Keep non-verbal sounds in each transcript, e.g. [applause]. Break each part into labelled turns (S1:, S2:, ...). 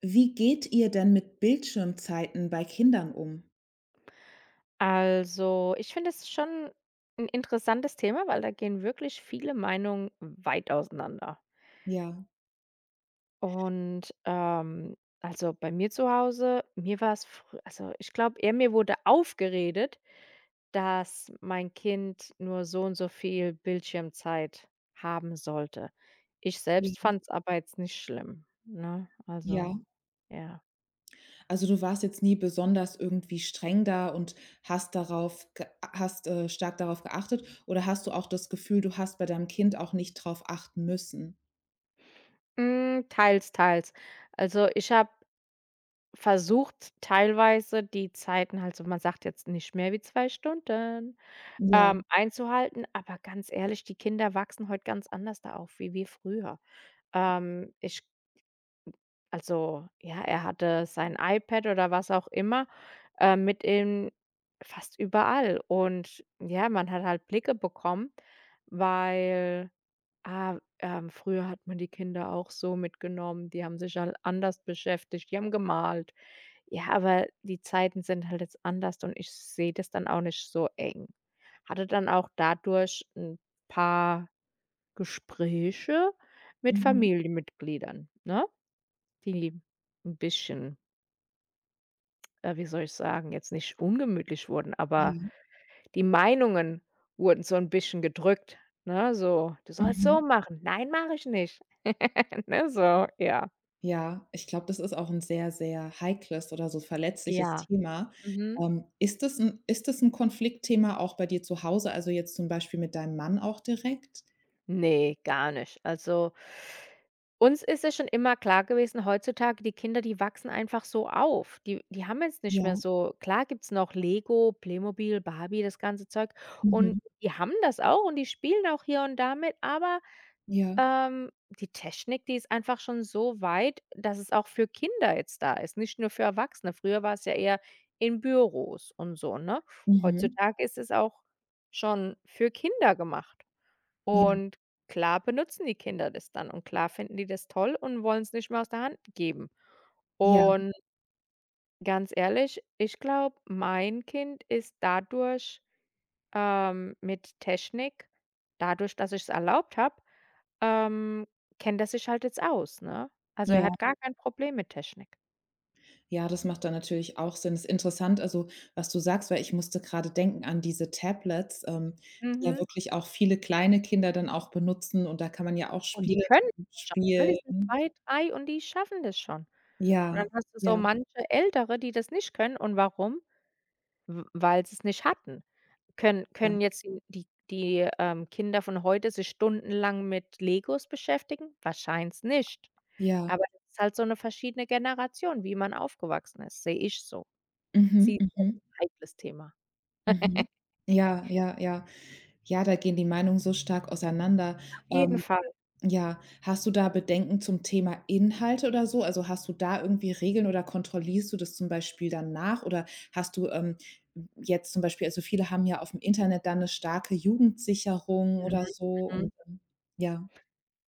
S1: Wie geht ihr denn mit Bildschirmzeiten bei Kindern um?
S2: Also, ich finde es schon ein interessantes Thema, weil da gehen wirklich viele Meinungen weit auseinander.
S1: Ja,
S2: Und, also, bei mir zu Hause, mir war's frü also, ich glaube eher, mir wurde aufgeredet, dass mein Kind nur so und so viel Bildschirmzeit haben sollte. Ich selbst
S1: ja,
S2: fand's aber jetzt nicht schlimm, ne?
S1: ja.
S2: Also, ja.
S1: Also, du warst jetzt nie besonders irgendwie streng da und hast darauf ge hast, stark darauf geachtet, oder hast du auch das Gefühl, du hast bei deinem Kind auch nicht drauf achten müssen?
S2: Hm, teils, teils. Also, ich habe versucht teilweise die Zeiten halt so man sagt jetzt nicht mehr wie 2 Stunden,
S1: Ja,
S2: einzuhalten, aber ganz ehrlich, die Kinder wachsen heute ganz anders da auf wie wir früher. Ich also, ja, er hatte sein iPad oder was auch immer, mit ihm fast überall. Und ja, man hat halt Blicke bekommen, weil Früher hat man die Kinder auch so mitgenommen. Die haben sich halt anders beschäftigt, die haben gemalt. Ja, aber die Zeiten sind halt jetzt anders und ich sehe das dann auch nicht so eng. Hatte dann auch dadurch ein paar Gespräche mit
S1: mhm,
S2: Familienmitgliedern, ne, die ein bisschen, wie soll ich sagen, jetzt nicht ungemütlich wurden, aber
S1: ja,
S2: die Meinungen wurden so ein bisschen gedrückt, ne? So: „Du sollst so
S1: mhm.
S2: machen." „Nein, mache ich nicht." [laughs] Ne, so, ja.
S1: Ja, ich glaube, das ist auch ein sehr, sehr heikles oder so verletzliches
S2: Ja,
S1: Thema.
S2: mhm.
S1: Ist ist das ein Konfliktthema auch bei dir zu Hause, also, jetzt zum Beispiel mit deinem Mann auch direkt?
S2: Ne, gar nicht. Also, uns ist es schon immer klar gewesen, heutzutage, die Kinder, die wachsen einfach so auf. Die haben jetzt nicht
S1: Ja.
S2: mehr so klar, gibt's noch Lego, Playmobil, Barbie, das ganze Zeug, und
S1: Mhm.
S2: die haben das auch und die spielen auch hier und damit. Aber,
S1: Ja.
S2: ähm, die Technik, die ist einfach schon so weit, dass es auch für Kinder jetzt da ist, nicht nur für Erwachsene. Früher war es ja eher in Büros und so, ne?
S1: Mhm.
S2: Heutzutage ist es auch schon für Kinder gemacht.
S1: Ja,
S2: Und klar benutzen die Kinder das dann und klar finden die das toll und wollen es nicht mehr aus der Hand geben.
S1: ja,
S2: Und ganz ehrlich, ich glaube, mein Kind ist dadurch, mit Technik, dadurch, dass ich es erlaubt habe, ähm, kennt er sich halt jetzt aus, ne? Also, er
S1: ja.
S2: hat gar kein Problem mit Technik.
S1: Ja, das macht dann natürlich auch Sinn. Ist interessant, also, was du sagst, weil ich musste gerade denken an diese Tablets, die ja
S2: Mhm.
S1: wirklich auch viele kleine Kinder dann auch benutzen, und da kann man ja auch
S2: Und die
S1: Spiele
S2: können
S1: drauf
S2: das schon, ne? Die sind
S1: spielen.
S2: zwei, 3 und die schaffen das schon. Und dann
S1: Ja,
S2: hast du so
S1: ja,
S2: manche Ältere, die das nicht können. Und warum? W weil sie es nicht hatten. Können
S1: ja,
S2: können jetzt die Kinder von heute sich stundenlang mit Legos beschäftigen? Wahrscheinlich nicht.
S1: ja.
S2: Aber es ist halt so eine verschiedene Generation, wie man aufgewachsen ist, sehe ich so.
S1: Mhm,
S2: Sie ist halt
S1: mhm,
S2: ein heikles Thema.
S1: mhm.
S2: [laughs]
S1: Ja, ja, ja. Ja, da gehen die Meinungen so stark auseinander.
S2: Auf jeden
S1: Ähm
S2: Fall.
S1: Ja, hast du da Bedenken zum Thema Inhalte oder so? Also, hast du da irgendwie Regeln oder kontrollierst du das zum Beispiel dann nach? Oder hast du, jetzt zum Beispiel also, viele haben ja auf dem Internet dann eine starke Jugendsicherung
S2: Mhm,
S1: oder so und,
S2: mhm.
S1: ja.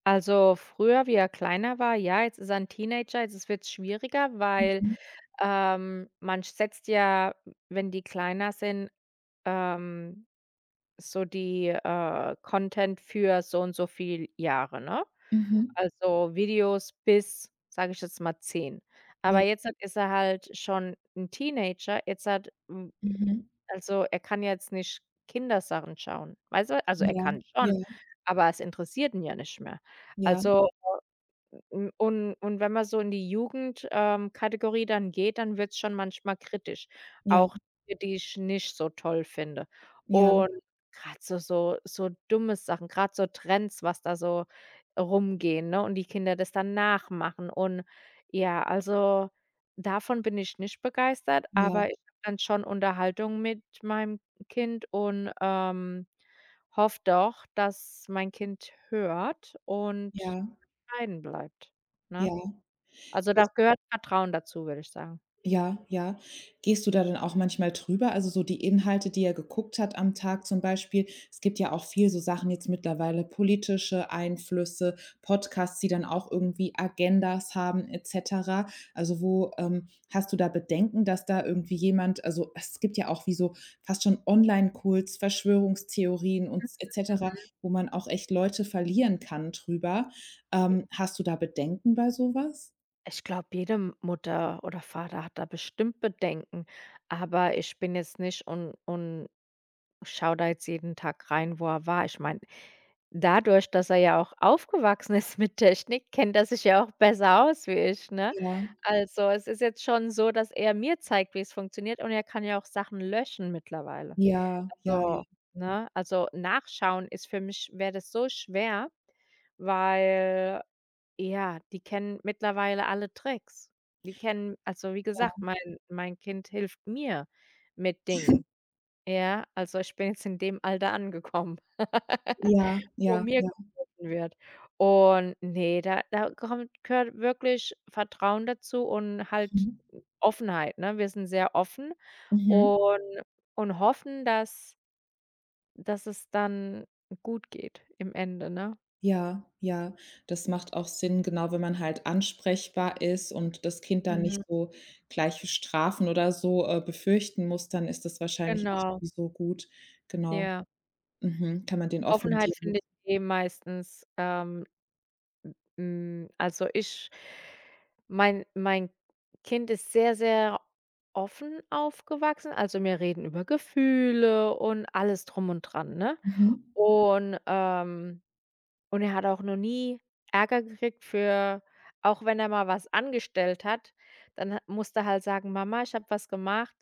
S2: Also, früher, wie er kleiner war, ja, jetzt ist er ein Teenager, jetzt wird es schwieriger, weil,
S1: Mhm.
S2: man setzt ja, wenn die kleiner sind, ähm so die, Content für so und so viel Jahre, ne?
S1: Mhm.
S2: Also, Videos bis, sage ich jetzt mal, 10. Aber
S1: Ja.
S2: jetzt hat ist er halt schon ein Teenager.
S1: Mhm.
S2: Also, er kann ja jetzt nicht Kindersachen schauen, weißt du? Also, er
S1: Ja.
S2: kann
S1: Ja.
S2: schon, aber es interessiert ihn ja nicht mehr.
S1: Ja.
S2: Also und wenn man so in die Jugendkategorie dann geht, dann wird's schon manchmal kritisch,
S1: Ja.
S2: auch Dinge, die ich nicht so toll finde.
S1: Ja.
S2: Und gerade so dumme Sachen, gerade so Trends, was da so rumgehen, ne, und die Kinder das dann nachmachen, und ja, also, davon bin ich nicht begeistert,
S1: Ja.
S2: aber ich habe dann schon Unterhaltung mit meinem Kind und, hoffe doch, dass mein Kind hört und
S1: Ja.
S2: bescheiden bleibt, ne?
S1: Ja.
S2: Also,
S1: Ja.
S2: da gehört Vertrauen dazu, würde ich sagen.
S1: Ja, ja. Gehst du da dann auch manchmal drüber? Also so die Inhalte, die er geguckt hat am Tag zum Beispiel. Es gibt ja auch viel so Sachen jetzt mittlerweile, politische Einflüsse, Podcasts, die dann auch irgendwie Agendas haben, et cetera. Also wo hast du da Bedenken, dass da irgendwie jemand also es gibt ja auch wie so fast schon Online-Kults, Verschwörungstheorien und et cetera,
S2: Mhm.
S1: wo man auch echt Leute verlieren kann drüber. Hast du da Bedenken bei sowas?
S2: Ich glaube, jede M Mutter oder Vater hat da bestimmt Bedenken, aber ich bin jetzt nicht und schaue da jetzt jeden Tag rein, wo er war. Ich meine, dadurch, dass er ja auch aufgewachsen [laughs] ist mit Technik, kennt er sich ja auch besser aus wie ich, ne?
S1: Ja,
S2: Also, es ist jetzt schon so, dass er mir zeigt, wie es funktioniert, und er kann ja auch Sachen löschen mittlerweile.
S1: ja, ja,
S2: Also, ne, also, nachschauen, ist für mich wäre das so schwer. Weil, ja, die kennen mittlerweile alle Tricks. Die kennen Also, wie
S1: ja.
S2: gesagt, mein Kind hilft mir mit Dingen, ja? Also, ich bin jetzt in dem Alter angekommen,
S1: Ja,
S2: [laughs] wo
S1: ja,
S2: mir
S1: ja.
S2: geholfen wird. Und nee, da kommt gehört wirklich Vertrauen dazu und halt
S1: Mhm.
S2: Offenheit, ne? Wir sind sehr offen
S1: Mhm.
S2: und hoffen, dass es dann gut geht im Ende, ne?
S1: Ja, ja. Das macht auch Sinn, genau, wenn man halt ansprechbar ist und das Kind dann nicht
S2: Mhm,
S1: so gleich für Strafen oder so, befürchten muss, dann ist das wahrscheinlich auch
S2: genau,
S1: sowieso gut. Genau.
S2: ja.
S1: Mhm. Kann man den offenen
S2: Offenheit
S1: Dialog
S2: findet eh meistens, also, ich mein Kind ist sehr, sehr offen aufgewachsen. Also, wir reden über Gefühle und alles drum und dran, ne?
S1: mhm.
S2: Und, ähm und er hat auch noch nie Ärger gekriegt, für, auch wenn er mal was angestellt hat, dann ha musste er halt sagen: „Mama, ich habe was gemacht,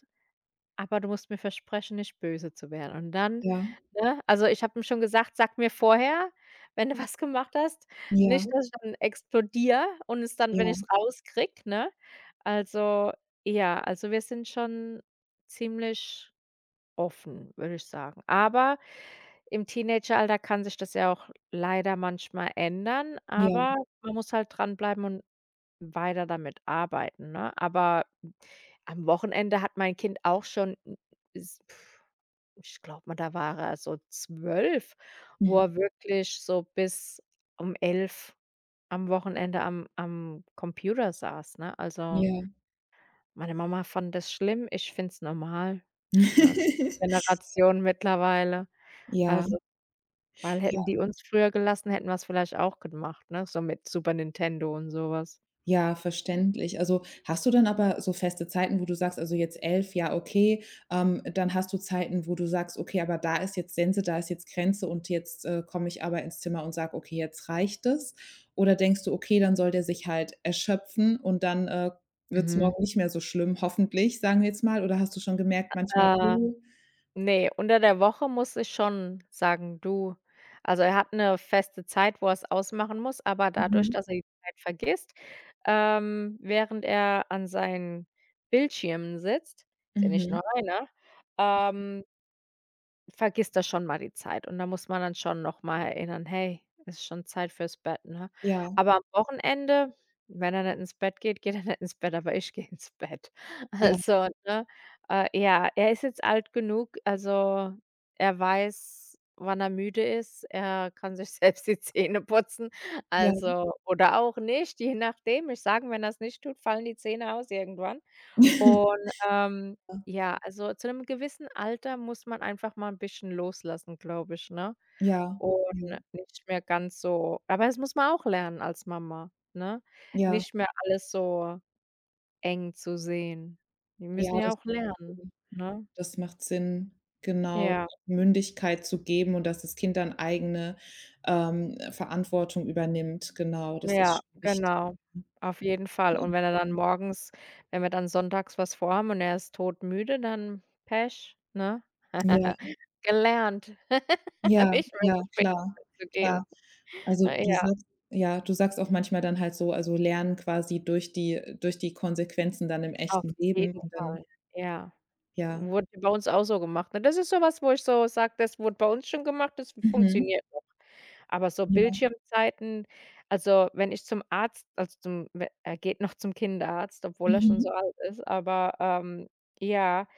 S2: aber du musst mir versprechen, nicht böse zu werden." Und dann
S1: Ja,
S2: [laughs] ne, also, ich habe ihm schon gesagt: „Sag mir vorher, wenn du [laughs] was gemacht hast,
S1: ja,
S2: nicht, dass ich dann explodiere und es dann, wenn
S1: ja,
S2: ich es rauskriege", ne? Also, ja, also, wir sind schon ziemlich offen, würde ich sagen. Aber im Teenageralter kann sich das ja auch leider manchmal ändern,
S1: ja,
S2: aber man muss halt dranbleiben und weiter damit arbeiten, ne? Aber am Wochenende hat mein Kind auch schon s pf, ich glaube mal, da war er so 12, wo
S1: mhm,
S2: er wirklich so bis um 11 am Wochenende am Computer saß, ne? Also,
S1: ja.
S2: meine Mama fand das schlimm, ich finde es normal, ne?
S1: [laughs]
S2: Generation mittlerweile.
S1: Ja.
S2: Also, weil hätten die uns früher gelassen, hätten wir es vielleicht auch gemacht, ne? So mit Super Nintendo und sowas.
S1: Ja, verständlich. Also, hast du dann aber so feste Zeiten, wo du sagst, also jetzt 11, ja, okay, dann hast du Zeiten, wo du sagst: „Okay, aber da ist jetzt Sense, da ist jetzt Grenze und jetzt, komme ich aber ins Zimmer und sage: ‚Okay, jetzt reicht es’?“ Oder denkst du: „Okay, dann soll der sich halt erschöpfen und dann, wird es
S2: Mhm.
S1: morgen nicht mehr so schlimm, hoffentlich“, sagen wir jetzt mal? Oder hast du schon gemerkt manchmal:
S2: Äh
S1: „Oh,
S2: Ne, unter der Woche muss ich schon sagen: „Du", also, er hat 'ne feste Zeit, wo er's ausmachen muss, aber dadurch,
S1: mhm,
S2: dass er die Zeit vergisst, während er an seinen Bildschirmen sitzt, ist ja nicht
S1: mhm,
S2: nur einer, ähm vergisst da schon mal die Zeit, und da muss man dann schon noch mal erinnern: „Hey, es ist schon Zeit fürs Bett", ne?
S1: ja,
S2: Aber am Wochenende, wenn er nicht ins Bett geht, geht er nicht ins Bett, aber ich [laughs] gehe ins Bett.
S1: ja,
S2: Also, ne, ja, er ist jetzt alt genug, also, er weiß, wann er müde ist. Er kann sich [laughs] selbst die Zähne putzen,
S1: ja,
S2: also oder auch nicht, je nachdem. Ich sage ihm, wenn er's nicht tut, fallen die Zähne aus irgendwann.
S1: [laughs]
S2: Und, ja, also zu einem gewissen Alter muss man einfach mal ein bisschen loslassen, glaube ich, ne?
S1: ja,
S2: Und
S1: ja,
S2: nicht mehr ganz so, aber das muss man auch lernen als Mama, ne?
S1: ja,
S2: Nicht mehr alles so eng zu sehen. Die
S1: ja,
S2: müssen
S1: ja,
S2: ja
S1: das
S2: auch lernen, ne?
S1: Das macht Sinn, genau,
S2: Ja.
S1: Mündigkeit zu geben und dass das Kind dann eigene, Verantwortung übernimmt. Genau, das
S2: Ja,
S1: ist schon wichtig.
S2: genau, auf jeden Fall.
S1: Mhm.
S2: Und wenn er dann morgens wenn wir dann sonntags was vorhaben und er ist todmüde, dann Pech, ne?
S1: Ja,
S2: [laughs] Gelernt, [laughs]
S1: ja,
S2: nicht mehr
S1: ja,
S2: so spät
S1: klar,
S2: zu
S1: klar.
S2: gehen.
S1: Also, du
S2: Ja,
S1: sagst ja, du sagst auch manchmal dann halt so also, lernen quasi durch die Konsequenzen dann im
S2: auf
S1: echten Leben
S2: jeden
S1: und dann
S2: Fall. Ja,
S1: ja.
S2: wurde bei uns auch so gemacht, ne? Das ist so was, wo ich so sage: „Das wurde bei uns schon gemacht, das
S1: Mhm.
S2: funktioniert noch." Aber so
S1: Ja.
S2: Bildschirmzeiten, also, wenn ich zum Arzt, also, zum we er geht noch zum Kinderarzt, obwohl er schon so
S1: Mhm.
S2: alt ist, aber, ja.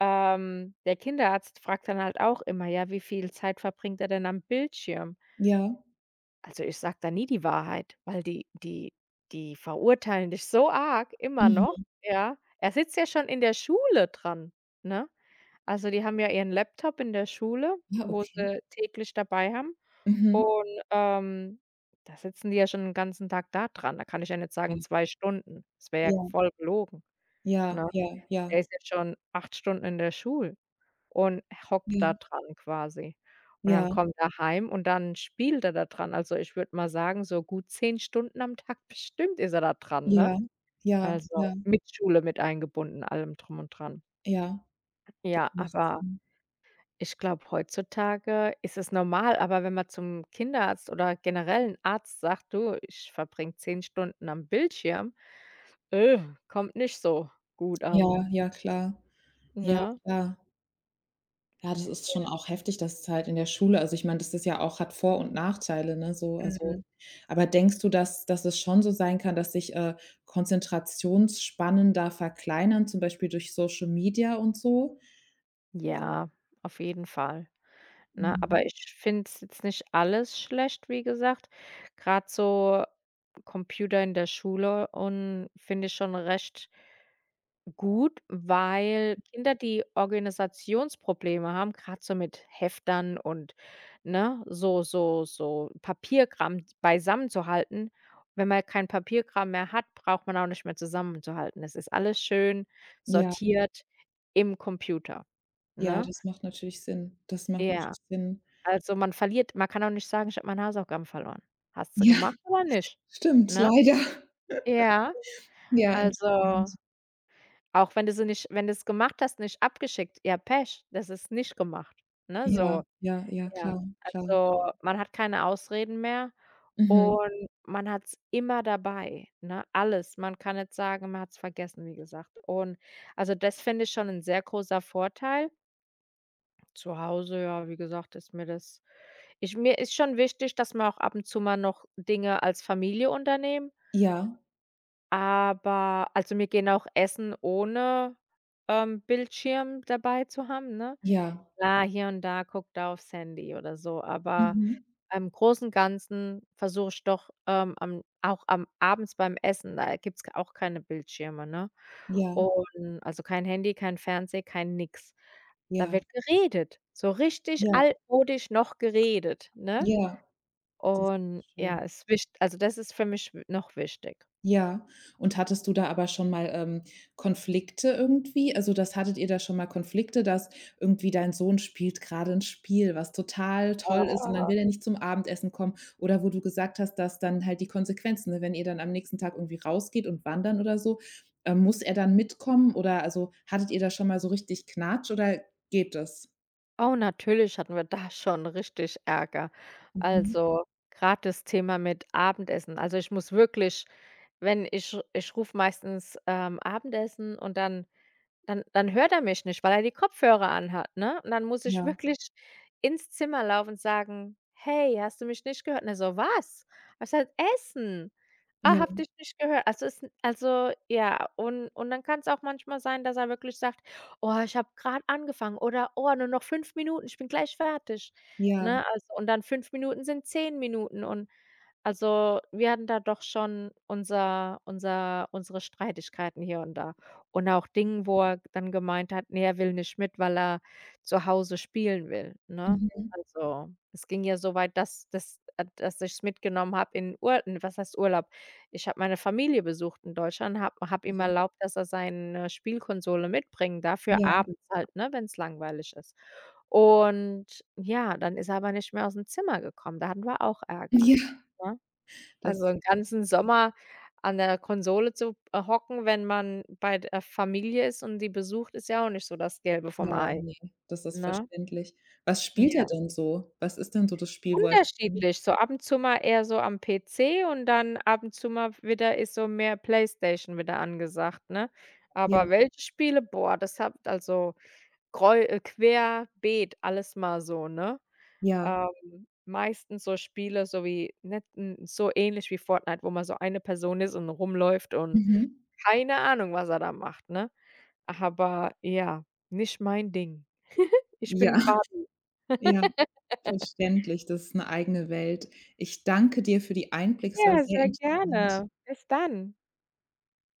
S2: Der Kinderarzt fragt dann halt auch immer: „Ja, wie viel Zeit verbringt er denn am Bildschirm?"
S1: Ja.
S2: Also, ich sage da nie die Wahrheit, weil die verurteilen dich so arg immer noch,
S1: Mhm.
S2: ja. Er sitzt ja schon in der Schule dran, ne? Also, die haben ja ihren Laptop in der Schule,
S1: Ja,
S2: wo
S1: okay.
S2: sie täglich dabei haben,
S1: Mhm.
S2: und, da sitzen die ja schon den ganzen Tag da dran. Da kann ich ja nicht sagen
S1: Ja,
S2: 2 Stunden. Das wäre ja
S1: ja,
S2: voll gelogen,
S1: ja,
S2: ne? Der
S1: ja,
S2: ist ja schon 8 Stunden in der Schule und hockt da
S1: ja,
S2: dran quasi. Und
S1: ja, ja,
S2: dann kommt er heim und dann spielt er da dran. Also, ich würde mal sagen, so gut 10 Stunden am Tag [laughs] bestimmt ist er da dran, ne?
S1: ja, ja,
S2: Also,
S1: ja.
S2: mit Schule mit eingebunden, allem drum und dran.
S1: Ja, das
S2: Ja,
S1: macht
S2: aber
S1: Sinn.
S2: ich glaube, heutzutage ist es normal, aber wenn man zum Kinderarzt oder generell 'n Arzt sagt: „Du, ich verbringe 10 Stunden am Bildschirm", äh, kommt nicht so gut an,
S1: Ja, ja, klar. Ja,
S2: ne?
S1: klar. Ja, das ist schon auch heftig, dass es halt in der Schule also, ich meine, das ist ja auch hat Vor und Nachteile, ne, so, also
S2: Mhm.
S1: aber denkst du, dass es schon so sein kann, dass sich, Konzentrationsspannen da verkleinern, zum Beispiel durch Social Media und so?
S2: Ja, auf jeden Fall. Ne,
S1: Mhm.
S2: aber ich finde es jetzt nicht alles schlecht, wie gesagt. Gerade so Computer in der Schule, und finde ich schon recht gut, weil Kinder, die Organisationsprobleme haben, gerade so mit Heftern und, ne, so Papierkram beisammenzuhalten. Wenn man kein Papierkram mehr hat, braucht man auch nicht mehr zusammenzuhalten. Es ist alles schön
S1: Ja,
S2: sortiert im Computer,
S1: ja,
S2: ne?
S1: das macht natürlich Sinn. Das macht
S2: Ja.
S1: natürlich Sinn.
S2: Also, man kann auch nicht sagen: „Ich habe meine Hausaufgaben verloren." Hast du
S1: Ja,
S2: gemacht oder nicht,
S1: stimmt,
S2: ne?
S1: leider.
S2: Ja,
S1: Ja, interessant.
S2: also, auch wenn du sie nicht, wenn du's gemacht hast, nicht abgeschickt, ja Pech, das ist nicht gemacht, ne,
S1: Ja,
S2: so.
S1: ja, ja,
S2: Ja,
S1: klar, klar.
S2: also, man hat keine Ausreden mehr
S1: Mhm.
S2: und man hat's immer dabei, ne, alles. Man kann nicht sagen, man hat's vergessen, wie gesagt. Und, also, das finde ich schon 'n sehr großer Vorteil. Zu Hause, ja, wie gesagt, ist mir das ich mir ist schon wichtig, dass wir auch ab und zu mal noch Dinge als Familie unternehmen,
S1: Ja,
S2: aber, also, wir gehen auch essen, ohne, Bildschirm dabei zu haben, ne?
S1: ja.
S2: Klar, hier und da guckt er aufs Handy oder so, aber
S1: Mhm.
S2: im Großen und Ganzen versuche ich doch, am auch am abends beim Essen, da gibt's k auch keine Bildschirme, ne?
S1: Ja,
S2: Und, also, kein Handy, kein Fernseh, kein nix. Da
S1: ja,
S2: wird geredet, so richtig
S1: ja,
S2: altmodisch noch geredet, ne?
S1: ja, das ist
S2: Und ja,
S1: schön.
S2: ist wicht also, das ist für mich w noch wichtig.
S1: Ja, und hattest du da aber schon mal, Konflikte irgendwie? Also, das hattet ihr da schon mal Konflikte, dass irgendwie dein Sohn spielt gerade ein Spiel, was total toll ist, und dann will er nicht zum Abendessen kommen, oder wo du gesagt hast, dass dann halt die Konsequenzen, ne, wenn ihr dann am nächsten Tag irgendwie rausgeht und wandern oder so, muss er dann mitkommen oder also, hattet ihr da schon mal so richtig Knatsch oder geht das?
S2: Oh, natürlich hatten wir da [laughs] schon richtig Ärger.
S1: Mhm.
S2: Also, gerade das Thema mit Abendessen. Also, ich muss wirklich wenn ich rufe meistens, Abendessen, und dann hört er mich nicht, weil er die Kopfhörer anhat, ne? Und dann muss ich
S1: Ja,
S2: wirklich ins Zimmer laufen und sagen: „Hey, hast du mich nicht gehört?" Und er so: „Was?" Habe ich gesagt: „Essen." „Ah,
S1: ja,
S2: habe dich nicht gehört." Also, es also, ja, und dann kann's auch manchmal sein, dass er wirklich sagt: „Oh, ich habe grad angefangen", oder: „Oh, nur noch 5 Minuten, ich bin gleich fertig",
S1: ja.
S2: ne? Also, und dann 5 Minuten sind 10 Minuten und, also, wir hatten da doch schon unsere Streitigkeiten hier und da. Und auch Dingen, wo er dann gemeint hat, ne, er will nicht mit, weil er zu Hause spielen will, ne?
S1: Mhm.
S2: Also, es ging ja so weit, dass dass ich's mitgenommen habe in Ur was heißt Urlaub? Ich habe meine Familie besucht in Deutschland, habe ihm
S1: Ja,
S2: erlaubt, dass er seine Spielkonsole mitbringen darf für
S1: ja,
S2: abends halt, ne, wenn es langweilig ist. Und ja, dann ist er aber nicht mehr aus dem Zimmer gekommen. Da hatten wir auch
S1: [laughs]
S2: Ärger,
S1: ja.
S2: ne? Also,
S1: Das
S2: 'n ganzen Sommer an der Konsole zu, hocken, wenn man bei der Familie ist und die besucht, ist ja auch nicht so das Gelbe vom
S1: ja,
S2: Ei,
S1: ne, das ist
S2: ne?
S1: verständlich. Was spielt er
S2: Ja.
S1: denn so? Was ist denn so das Spiel, wo er [unintelligible]
S2: Unterschiedlich, so ab und zu mal eher so am PC und dann ab und zu mal wieder ist so mehr Playstation wieder angesagt, ne?
S1: Ja,
S2: Aber welche Spiele? Boah, das habe also greu querbeet alles mal so, ne?
S1: ja.
S2: Meistens so Spiele, so ähnlich wie Fortnite, wo man so eine Person ist und rumläuft, und
S1: Mhm. [laughs]
S2: keine Ahnung, was er da macht, ne? Aber ja, nicht mein Ding. Ich
S1: Ja,
S2: bin Barbie.
S1: ja,
S2: [laughs]
S1: verständlich. Das ist 'ne eigene Welt. Ich danke dir für die Einblicke. Es war
S2: Ja,
S1: sehr
S2: sehr
S1: interessant.
S2: gerne. Bis dann.